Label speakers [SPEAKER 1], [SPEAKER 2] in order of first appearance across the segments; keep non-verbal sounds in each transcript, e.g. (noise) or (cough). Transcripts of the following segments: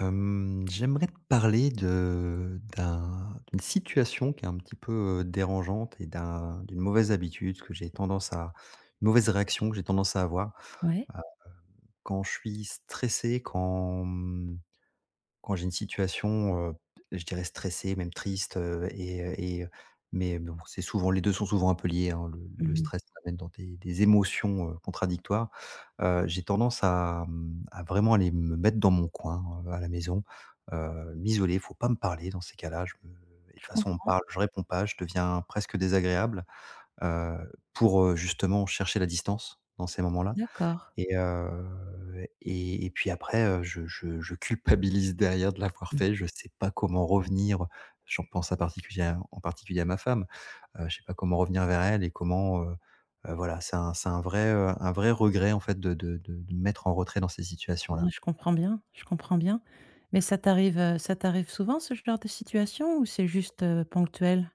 [SPEAKER 1] J'aimerais te parler de d'un d'une situation qui est un petit peu, dérangeante et d'une mauvaise habitude que j'ai tendance à une mauvaise réaction que j'ai tendance à avoir,
[SPEAKER 2] Ouais.
[SPEAKER 1] quand je suis stressé, quand j'ai une situation, je dirais stressée, même triste, mais bon, c'est souvent les 2 sont souvent un peu liés, hein. Le
[SPEAKER 2] Mmh.
[SPEAKER 1] stress t'amène dans des émotions, contradictoires. J'ai tendance à, à vraiment aller me mettre dans mon coin, à la maison, m'isoler. Faut pas me parler dans ces cas-là. Je me Et de toute
[SPEAKER 2] Je
[SPEAKER 1] façon, on me
[SPEAKER 2] comprends.
[SPEAKER 1] parle, je réponds pas, je deviens presque désagréable, pour, justement chercher la distance dans ces moments-là.
[SPEAKER 2] D'accord.
[SPEAKER 1] Et puis après, je culpabilise derrière de l'avoir
[SPEAKER 2] Mmh.
[SPEAKER 1] fait. Je sais pas comment revenir. J'en pense à particulier en particulier à ma femme. Je sais pas comment revenir vers elle et comment, voilà, c'est un vrai, un vrai regret en fait de me mettre en retrait dans ces
[SPEAKER 2] Ouais,
[SPEAKER 1] situations-là.
[SPEAKER 2] je comprends bien, je comprends bien. Mais ça t'arrive souvent ce genre de situation ou c'est juste, ponctuel?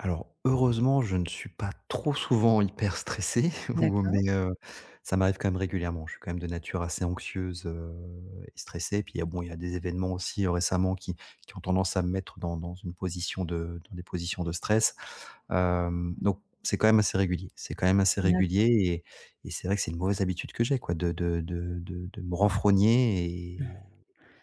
[SPEAKER 1] Alors, heureusement, je ne suis pas trop souvent hyper stressé (laughs) ou
[SPEAKER 2] D'accord,
[SPEAKER 1] mais ça m'arrive quand même régulièrement. Je suis quand même de nature assez anxieuse, et stressée. Puis, il y a bon, il y a des événements aussi, récemment qui ont tendance à me mettre dans une position de dans des positions de stress. Donc c'est quand même assez régulier. C'est quand même assez
[SPEAKER 2] d'acc
[SPEAKER 1] régulier et c'est vrai que c'est une mauvaise habitude que j'ai quoi de me renfrogner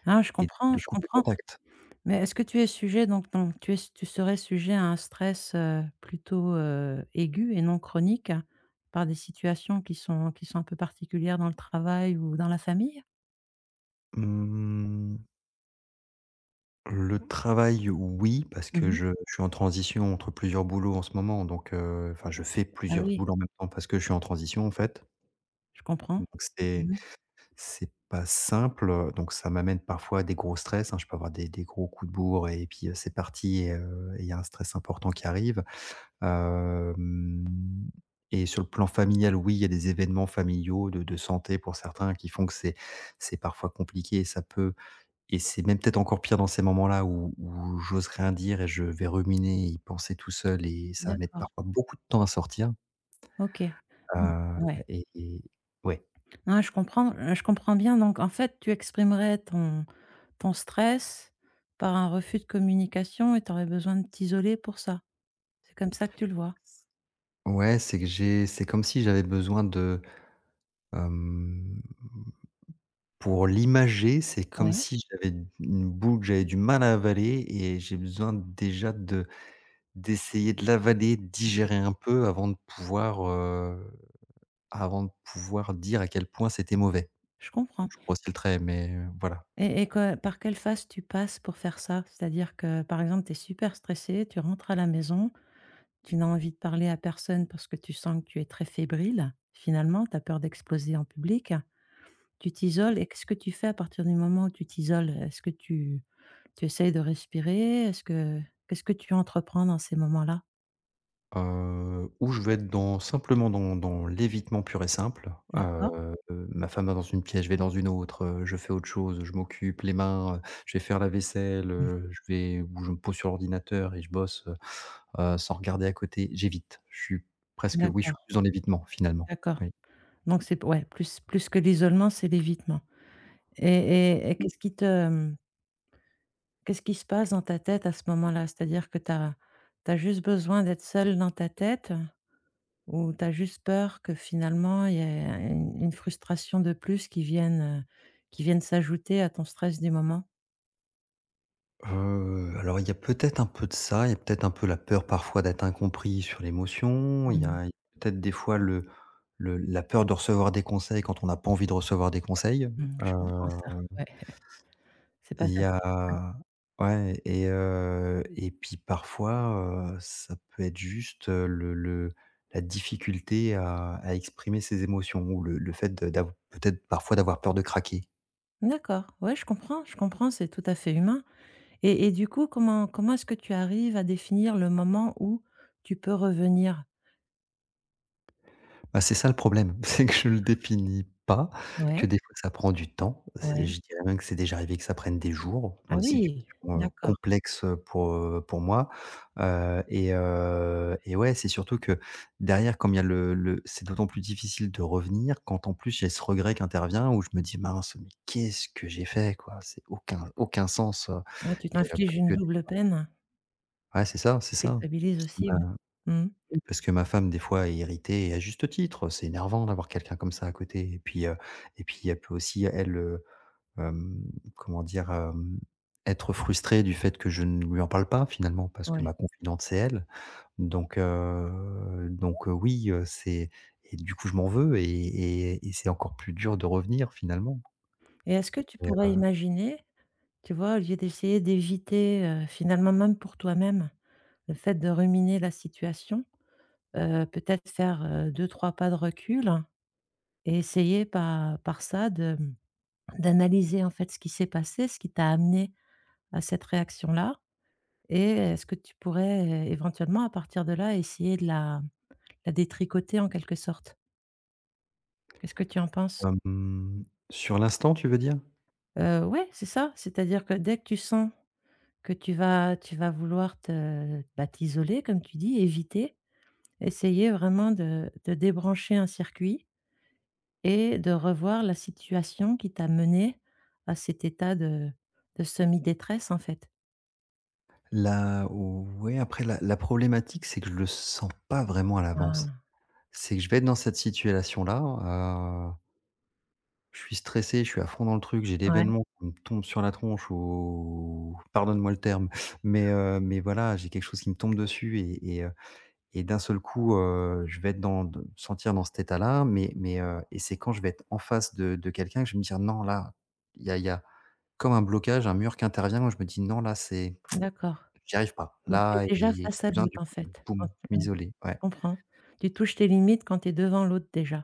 [SPEAKER 2] Ah, je
[SPEAKER 1] et
[SPEAKER 2] comprends,
[SPEAKER 1] de
[SPEAKER 2] je
[SPEAKER 1] couper
[SPEAKER 2] comprends.
[SPEAKER 1] contact.
[SPEAKER 2] Mais est-ce que tu es sujet, donc tu es, tu serais sujet à un stress, plutôt, aigu et non chronique, hein, par des situations qui sont, qui sont un peu particulières dans le travail ou dans la famille?
[SPEAKER 1] Mmh. Le travail, oui, parce que
[SPEAKER 2] Mmh.
[SPEAKER 1] je suis en transition entre plusieurs boulots en ce moment, donc enfin, je fais
[SPEAKER 2] Ah
[SPEAKER 1] plusieurs
[SPEAKER 2] oui,
[SPEAKER 1] boulots en même temps parce que je suis en transition, en fait,
[SPEAKER 2] je comprends.
[SPEAKER 1] donc c'est
[SPEAKER 2] Mmh.
[SPEAKER 1] c'est pas simple, donc ça m'amène parfois à des gros stress, hein. Je peux avoir des gros coups de bourre et puis, c'est parti et il y a un stress important qui arrive. Hem Et sur le plan familial, oui, il y a des événements familiaux de santé pour certains qui font que c'est parfois compliqué et ça peut et c'est même peut-être encore pire dans ces moments-là où où j'ose rien dire et je vais ruminer, y penser tout seul et ça va mettre
[SPEAKER 2] D'accord.
[SPEAKER 1] parfois beaucoup de temps à sortir.
[SPEAKER 2] OK. Mmh,
[SPEAKER 1] Heu
[SPEAKER 2] ouais.
[SPEAKER 1] et et ouais.
[SPEAKER 2] Ah, je comprends bien. Donc en fait, tu exprimerais ton ton stress par un refus de communication et tu aurais besoin de t'isoler pour ça. C'est comme ça que tu le vois?
[SPEAKER 1] Ouais, c'est que j'ai c'est comme si j'avais besoin de, hem, pour l'imager, c'est comme
[SPEAKER 2] Oui,
[SPEAKER 1] si j'avais une boule que j'avais du mal à avaler et j'ai besoin déjà de d'essayer de l'avaler, de digérer un peu avant de pouvoir dire à quel point c'était mauvais.
[SPEAKER 2] je comprends.
[SPEAKER 1] Je grossis le trait, mais voilà.
[SPEAKER 2] Et que, par quelle phase tu passes pour faire ça? C'est-à-dire que, par exemple, tu es super stressé, tu rentres à la maison, tu n'as envie de parler à personne parce que tu sens que tu es très fébrile, finalement, tu as peur d'exploser en public. Tu t'isoles et qu'est-ce que tu fais à partir du moment où tu t'isoles? Est-ce que tu essayes de respirer? Est-ce que Qu'est-ce que tu entreprends dans ces moments-là?
[SPEAKER 1] Où je vais être dans simplement dans l'évitement pur et simple.
[SPEAKER 2] D'accord.
[SPEAKER 1] Ma femme va dans une pièce, je vais dans une autre, je fais autre chose, je m'occupe les mains, je vais faire la vaisselle,
[SPEAKER 2] Mm.
[SPEAKER 1] je vais ou je me pose sur l'ordinateur et je bosse, sans regarder à côté. J'évite. Je suis presque oui, je suis
[SPEAKER 2] D'accord,
[SPEAKER 1] plus dans l'évitement finalement,
[SPEAKER 2] d'accord.
[SPEAKER 1] oui.
[SPEAKER 2] Donc c'est, ouais, plus, plus que l'isolement, c'est l'évitement. Et et qu'est-ce qui te, qu'est-ce qui se passe dans ta tête à ce moment-là? C'est-à-dire que tu as juste besoin d'être seul dans ta tête, ou tu as juste peur que finalement il y ait une frustration de plus qui vienne s'ajouter à ton stress du moment?
[SPEAKER 1] Alors il y a peut-être un peu de ça, il y a peut-être un peu la peur parfois d'être incompris sur l'émotion, il y
[SPEAKER 2] Mmh.
[SPEAKER 1] a peut-être des fois le la peur de recevoir des conseils quand on n'a pas envie de recevoir des conseils.
[SPEAKER 2] Mmh, je comprends
[SPEAKER 1] Heu,
[SPEAKER 2] ça. Ouais, (laughs) c'est pas
[SPEAKER 1] il y
[SPEAKER 2] facile.
[SPEAKER 1] a ouais et puis parfois, ça peut être juste, le la difficulté à exprimer ses émotions ou le fait de d'av peut-être parfois d'avoir peur de craquer.
[SPEAKER 2] D'accord, ouais, je comprends, c'est tout à fait humain. Et du coup, comment, comment est-ce que tu arrives à définir le moment où tu peux revenir?
[SPEAKER 1] Bah, c'est ça le problème, (laughs) c'est que je le définis pas,
[SPEAKER 2] Ouais,
[SPEAKER 1] que des fois ça prend du temps. C'est
[SPEAKER 2] ouais.
[SPEAKER 1] je dirais même que c'est déjà arrivé que ça prenne des jours
[SPEAKER 2] Ah
[SPEAKER 1] dans des situations,
[SPEAKER 2] oui, d'accord.
[SPEAKER 1] complexes, pour moi, ouais, c'est surtout que derrière, comme il y a le c'est d'autant plus difficile de revenir quand en plus j'ai ce regret qui intervient où je me dis: «Mince, mais qu'est-ce que j'ai fait, quoi?» C'est aucun sens,
[SPEAKER 2] Ouais, tu t'infliges
[SPEAKER 1] parce
[SPEAKER 2] une
[SPEAKER 1] que
[SPEAKER 2] double peine,
[SPEAKER 1] ouais, c'est ça,
[SPEAKER 2] tu
[SPEAKER 1] c'est ça.
[SPEAKER 2] culpabilises aussi, ouais. Mmh,
[SPEAKER 1] Oui, parce que ma femme, des fois, est irritée et à juste titre. C'est énervant d'avoir quelqu'un comme ça à côté. Et puis elle peut aussi, elle, hem, comment dire? Être frustrée du fait que je ne lui en parle pas finalement parce que
[SPEAKER 2] ouais.
[SPEAKER 1] ma confidente, c'est elle. Oui, c'est et du coup, je m'en veux et c'est encore plus dur de revenir finalement.
[SPEAKER 2] Et est-ce que tu
[SPEAKER 1] Et
[SPEAKER 2] pourrais imaginer, tu vois, au lieu d'essayer d'éviter, finalement, même pour toi-même, le fait de ruminer la situation, peut-être faire, 2-3 pas de recul? Et essayer par par ça de, mmh, d'analyser, en fait, ce qui s'est passé, ce qui t'a amené à cette réaction-là, et est-ce que tu pourrais, éventuellement, à partir de là, essayer de la la détricoter en quelque sorte? Qu'est-ce que tu en penses?
[SPEAKER 1] hem, sur l'instant, tu veux dire?
[SPEAKER 2] Ouais, c'est ça, c'est-à-dire que dès que tu sens que tu vas, tu vas vouloir te, bah, t'isoler comme tu dis, éviter, essayer vraiment de débrancher un circuit et de revoir la situation qui t'a mené à cet état de semi-détresse, en fait.
[SPEAKER 1] La Ouais, après la problématique, c'est que je le sens pas vraiment à l'avance.
[SPEAKER 2] Ah,
[SPEAKER 1] C'est que je vais être dans cette situation-là, heu, je suis stressé, je suis à fond dans le truc, j'ai
[SPEAKER 2] ouais,
[SPEAKER 1] l'événement qui me tombe sur la tronche ou pardonne-moi le terme, mais voilà, j'ai quelque chose qui me tombe dessus et et d'un seul coup, je vais être dans de me sentir dans cet état-là, mais et c'est quand je vais être en face de quelqu'un que je vais me dire: «Non, là», il y a comme un blocage, un mur qui intervient où je me dis: «Non, là, c'est
[SPEAKER 2] d'accord.
[SPEAKER 1] j'y arrive pas.
[SPEAKER 2] Donc tu es
[SPEAKER 1] Là
[SPEAKER 2] déjà
[SPEAKER 1] et j'ai
[SPEAKER 2] face à
[SPEAKER 1] besoin du
[SPEAKER 2] l'autre en
[SPEAKER 1] coup de
[SPEAKER 2] fait,
[SPEAKER 1] boum,
[SPEAKER 2] quand,
[SPEAKER 1] de
[SPEAKER 2] ouais, je
[SPEAKER 1] m'isoler». Ouais.
[SPEAKER 2] comprends. Tu touches tes limites quand tu es devant l'autre déjà.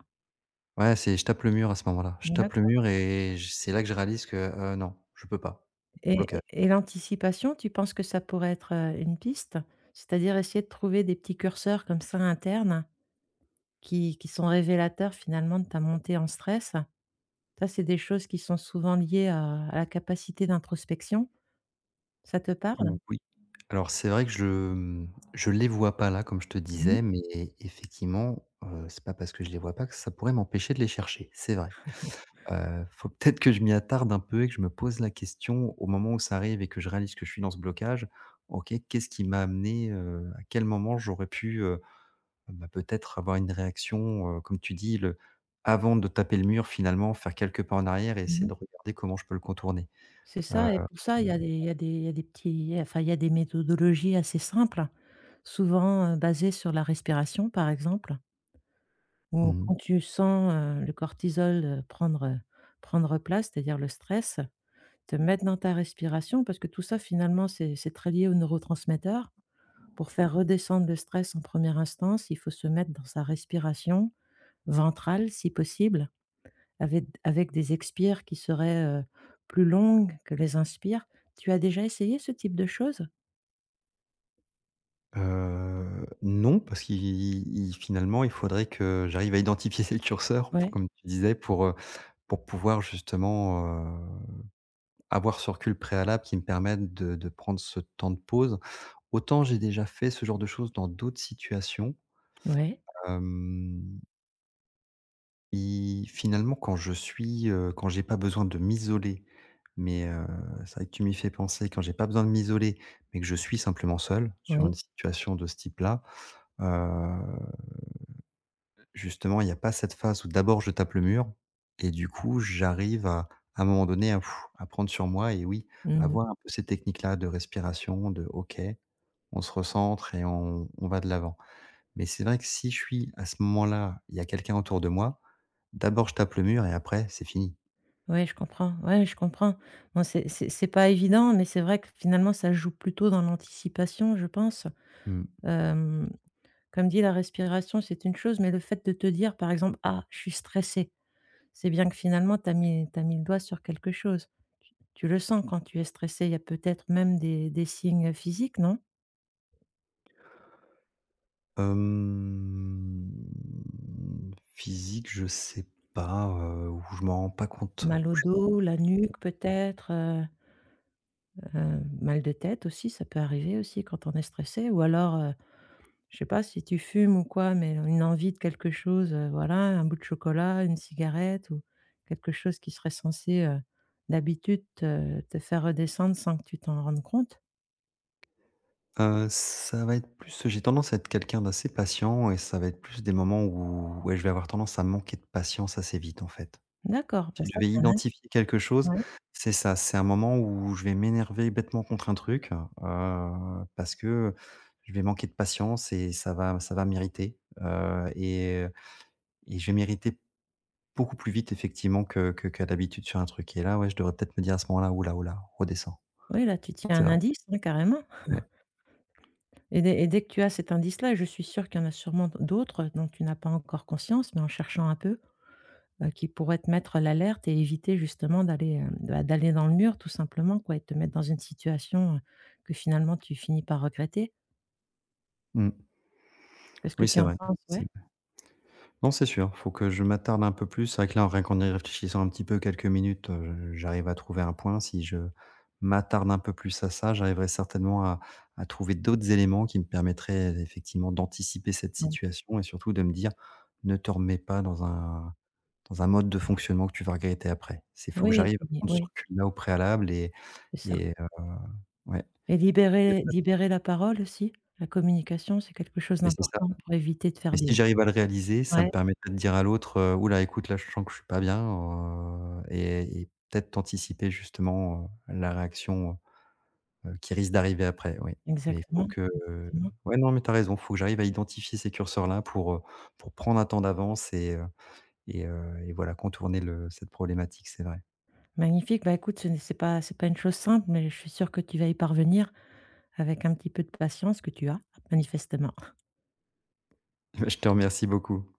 [SPEAKER 1] Ouais, c'est je tape le mur à ce moment-là. Je tape le
[SPEAKER 2] D'accord.
[SPEAKER 1] mur et j c'est là que je réalise que, non, je peux pas. Blocage.
[SPEAKER 2] Et l'anticipation, tu penses que ça pourrait être, une piste? C'est-à-dire essayer de trouver des petits curseurs comme ça internes qui sont révélateurs finalement de ta montée en stress. Ça, c'est des choses qui sont souvent liées à la capacité d'introspection. Ça te parle?
[SPEAKER 1] Ou Oui. Alors c'est vrai que je les vois pas là, comme je te
[SPEAKER 2] Mmh.
[SPEAKER 1] disais, mais effectivement, c'est pas parce que je les vois pas que ça pourrait m'empêcher de les chercher, c'est vrai. Faut (laughs) peut-être que je m'y attarde un peu et que je me pose la question au moment où ça arrive et que je réalise que je suis dans ce blocage. OK, qu'est-ce qui m'a amené, à quel moment j'aurais pu, bah, peut-être avoir une réaction, comme tu dis, le avant de taper le mur finalement, faire quelques pas en arrière et essayer
[SPEAKER 2] Mmh.
[SPEAKER 1] de regarder comment je peux le contourner.
[SPEAKER 2] C'est
[SPEAKER 1] Heu,
[SPEAKER 2] ça. Et pour ça, il y a des, il y a des, il y a des petits, enfin, il y a des méthodologies assez simples, souvent, basées sur la respiration, par exemple, où
[SPEAKER 1] mmh,
[SPEAKER 2] quand tu sens, le cortisol, prendre, prendre place, c'est-à-dire le stress, te mettre dans ta respiration parce que tout ça finalement c'est très lié aux neurotransmetteurs. Pour faire redescendre le stress en première instance, il faut se mettre dans sa respiration ventrale si possible. Avec avec des expires qui seraient, plus longues que les inspires. Tu as déjà essayé ce type de choses?
[SPEAKER 1] non, parce qu'il il finalement, il faudrait que j'arrive à identifier (laughs) le curseur pour
[SPEAKER 2] Ouais,
[SPEAKER 1] comme tu disais, pour pouvoir justement, heu, avoir ce recul préalable qui me permette de prendre ce temps de pause. Autant j'ai déjà fait ce genre de choses dans d'autres situations,
[SPEAKER 2] ouais,
[SPEAKER 1] hem I finalement, quand je suis, quand j'ai pas besoin de m'isoler, mais c'est vrai que tu m'y fais penser, quand j'ai pas besoin de m'isoler, mais que je suis simplement seul sur
[SPEAKER 2] ouais.
[SPEAKER 1] une situation de ce type-là, heu, justement, il y a pas cette phase où d'abord je tape le mur et du coup, j'arrive à un moment donné à à prendre sur moi et oui,
[SPEAKER 2] Mmh.
[SPEAKER 1] avoir un peu ces techniques-là de respiration, de OK, on se recentre et on va de l'avant. Mais c'est vrai que si je suis à ce moment-là, il y a quelqu'un autour de moi, d'abord je tape le mur et après, c'est fini.
[SPEAKER 2] Ouais, je comprends. Ouais, je comprends. Bon, c'est pas évident, mais c'est vrai que finalement, ça joue plutôt dans l'anticipation, je pense.
[SPEAKER 1] Mmh.
[SPEAKER 2] Hem, Comme dit, la respiration, c'est une chose, mais le fait de te dire, par exemple: «Ah, je suis stressé, c'est bien que finalement, tu as mis t'as mis le doigt sur quelque chose. Tu le sens quand tu es stressé. Il y a peut-être même des signes physiques, non?
[SPEAKER 1] Physique, je sais pas, ou je m'en rends pas compte.
[SPEAKER 2] Mal au dos, la nuque peut-être, mal de tête aussi, ça peut arriver aussi quand on est stressé, ou alors, je sais pas si tu fumes ou quoi, mais une envie de quelque chose, voilà, un bout de chocolat, une cigarette, ou quelque chose qui serait censé, d'habitude te te faire redescendre sans que tu t'en rendes compte.
[SPEAKER 1] Ça va être plus j'ai tendance à être quelqu'un d'assez patient et ça va être plus des moments où, ouais, je vais avoir tendance à manquer de patience assez vite, en fait.
[SPEAKER 2] D'accord, bah,
[SPEAKER 1] Si je
[SPEAKER 2] ça
[SPEAKER 1] vais
[SPEAKER 2] c'est un indice,
[SPEAKER 1] identifier quelque chose,
[SPEAKER 2] ouais.
[SPEAKER 1] c'est ça, c'est un moment où je vais m'énerver bêtement contre un truc, parce que je vais manquer de patience et ça va m'irriter, et je vais m'irriter beaucoup plus vite effectivement que qu'à l'habitude sur un truc et là, ouais, je devrais peut-être me dire à ce moment-là: «Ouh là, oula, oula, redescends».
[SPEAKER 2] Oui, là tu tiens
[SPEAKER 1] C'est
[SPEAKER 2] un
[SPEAKER 1] vrai,
[SPEAKER 2] indice, hein, carrément.
[SPEAKER 1] ouais.
[SPEAKER 2] Et dès, et dès que tu as cet indice-là, je suis sûre qu'il y en a sûrement d'autres dont tu n'as pas encore conscience, mais en cherchant un peu. Qui pourraient te mettre l'alerte et éviter justement d'aller, bah, d'aller dans le mur tout simplement, quoi, et te mettre dans une situation, que finalement tu finis par regretter.
[SPEAKER 1] Mmh.
[SPEAKER 2] Qu'est-ce que
[SPEAKER 1] Oui,
[SPEAKER 2] tu
[SPEAKER 1] c'est
[SPEAKER 2] en
[SPEAKER 1] vrai.
[SPEAKER 2] penses?
[SPEAKER 1] C'est
[SPEAKER 2] Ouais?
[SPEAKER 1] Non, c'est sûr, faut que je m'attarde un peu plus. C'est vrai que là, rien qu'en y réfléchissant un petit peu quelques minutes, j'arrive à trouver un point. Si je m'attarde un peu plus à ça, j'arriverai certainement à trouver d'autres éléments qui me permettraient effectivement d'anticiper cette
[SPEAKER 2] Ouais.
[SPEAKER 1] situation et surtout de me dire: «Ne te remets pas dans un dans un mode de fonctionnement que tu vas regretter après». C'est faut que
[SPEAKER 2] Oui et
[SPEAKER 1] j'arrive à
[SPEAKER 2] puis
[SPEAKER 1] prendre ce
[SPEAKER 2] oui,
[SPEAKER 1] recul-là au préalable et
[SPEAKER 2] c'est ça.
[SPEAKER 1] et heu, ouais.
[SPEAKER 2] Et
[SPEAKER 1] Et
[SPEAKER 2] libérer libérer la parole aussi. La communication, c'est quelque chose d'important
[SPEAKER 1] ça
[SPEAKER 2] pour éviter de faire
[SPEAKER 1] Mais si
[SPEAKER 2] des,
[SPEAKER 1] j'arrive à le réaliser, ça me
[SPEAKER 2] ouais,
[SPEAKER 1] permettrait de dire à l'autre, «Ouh écoute, là, je sens que je suis pas bien», et peut-être anticiper justement, la réaction, qui risque d'arriver après, oui. Mais il faut
[SPEAKER 2] exactement,
[SPEAKER 1] que euh,
[SPEAKER 2] exactement.
[SPEAKER 1] ouais, non, mais tu as raison, il faut que j'arrive à identifier ces curseurs-là pour prendre un temps d'avance et voilà, contourner le cette problématique, c'est vrai.
[SPEAKER 2] Magnifique, bah, écoute, ce n'est, c'est pas, c'est pas une chose simple mais je suis sûre que tu vas y parvenir, avec un petit peu de patience que tu as manifestement.
[SPEAKER 1] (laughs) Je te remercie beaucoup.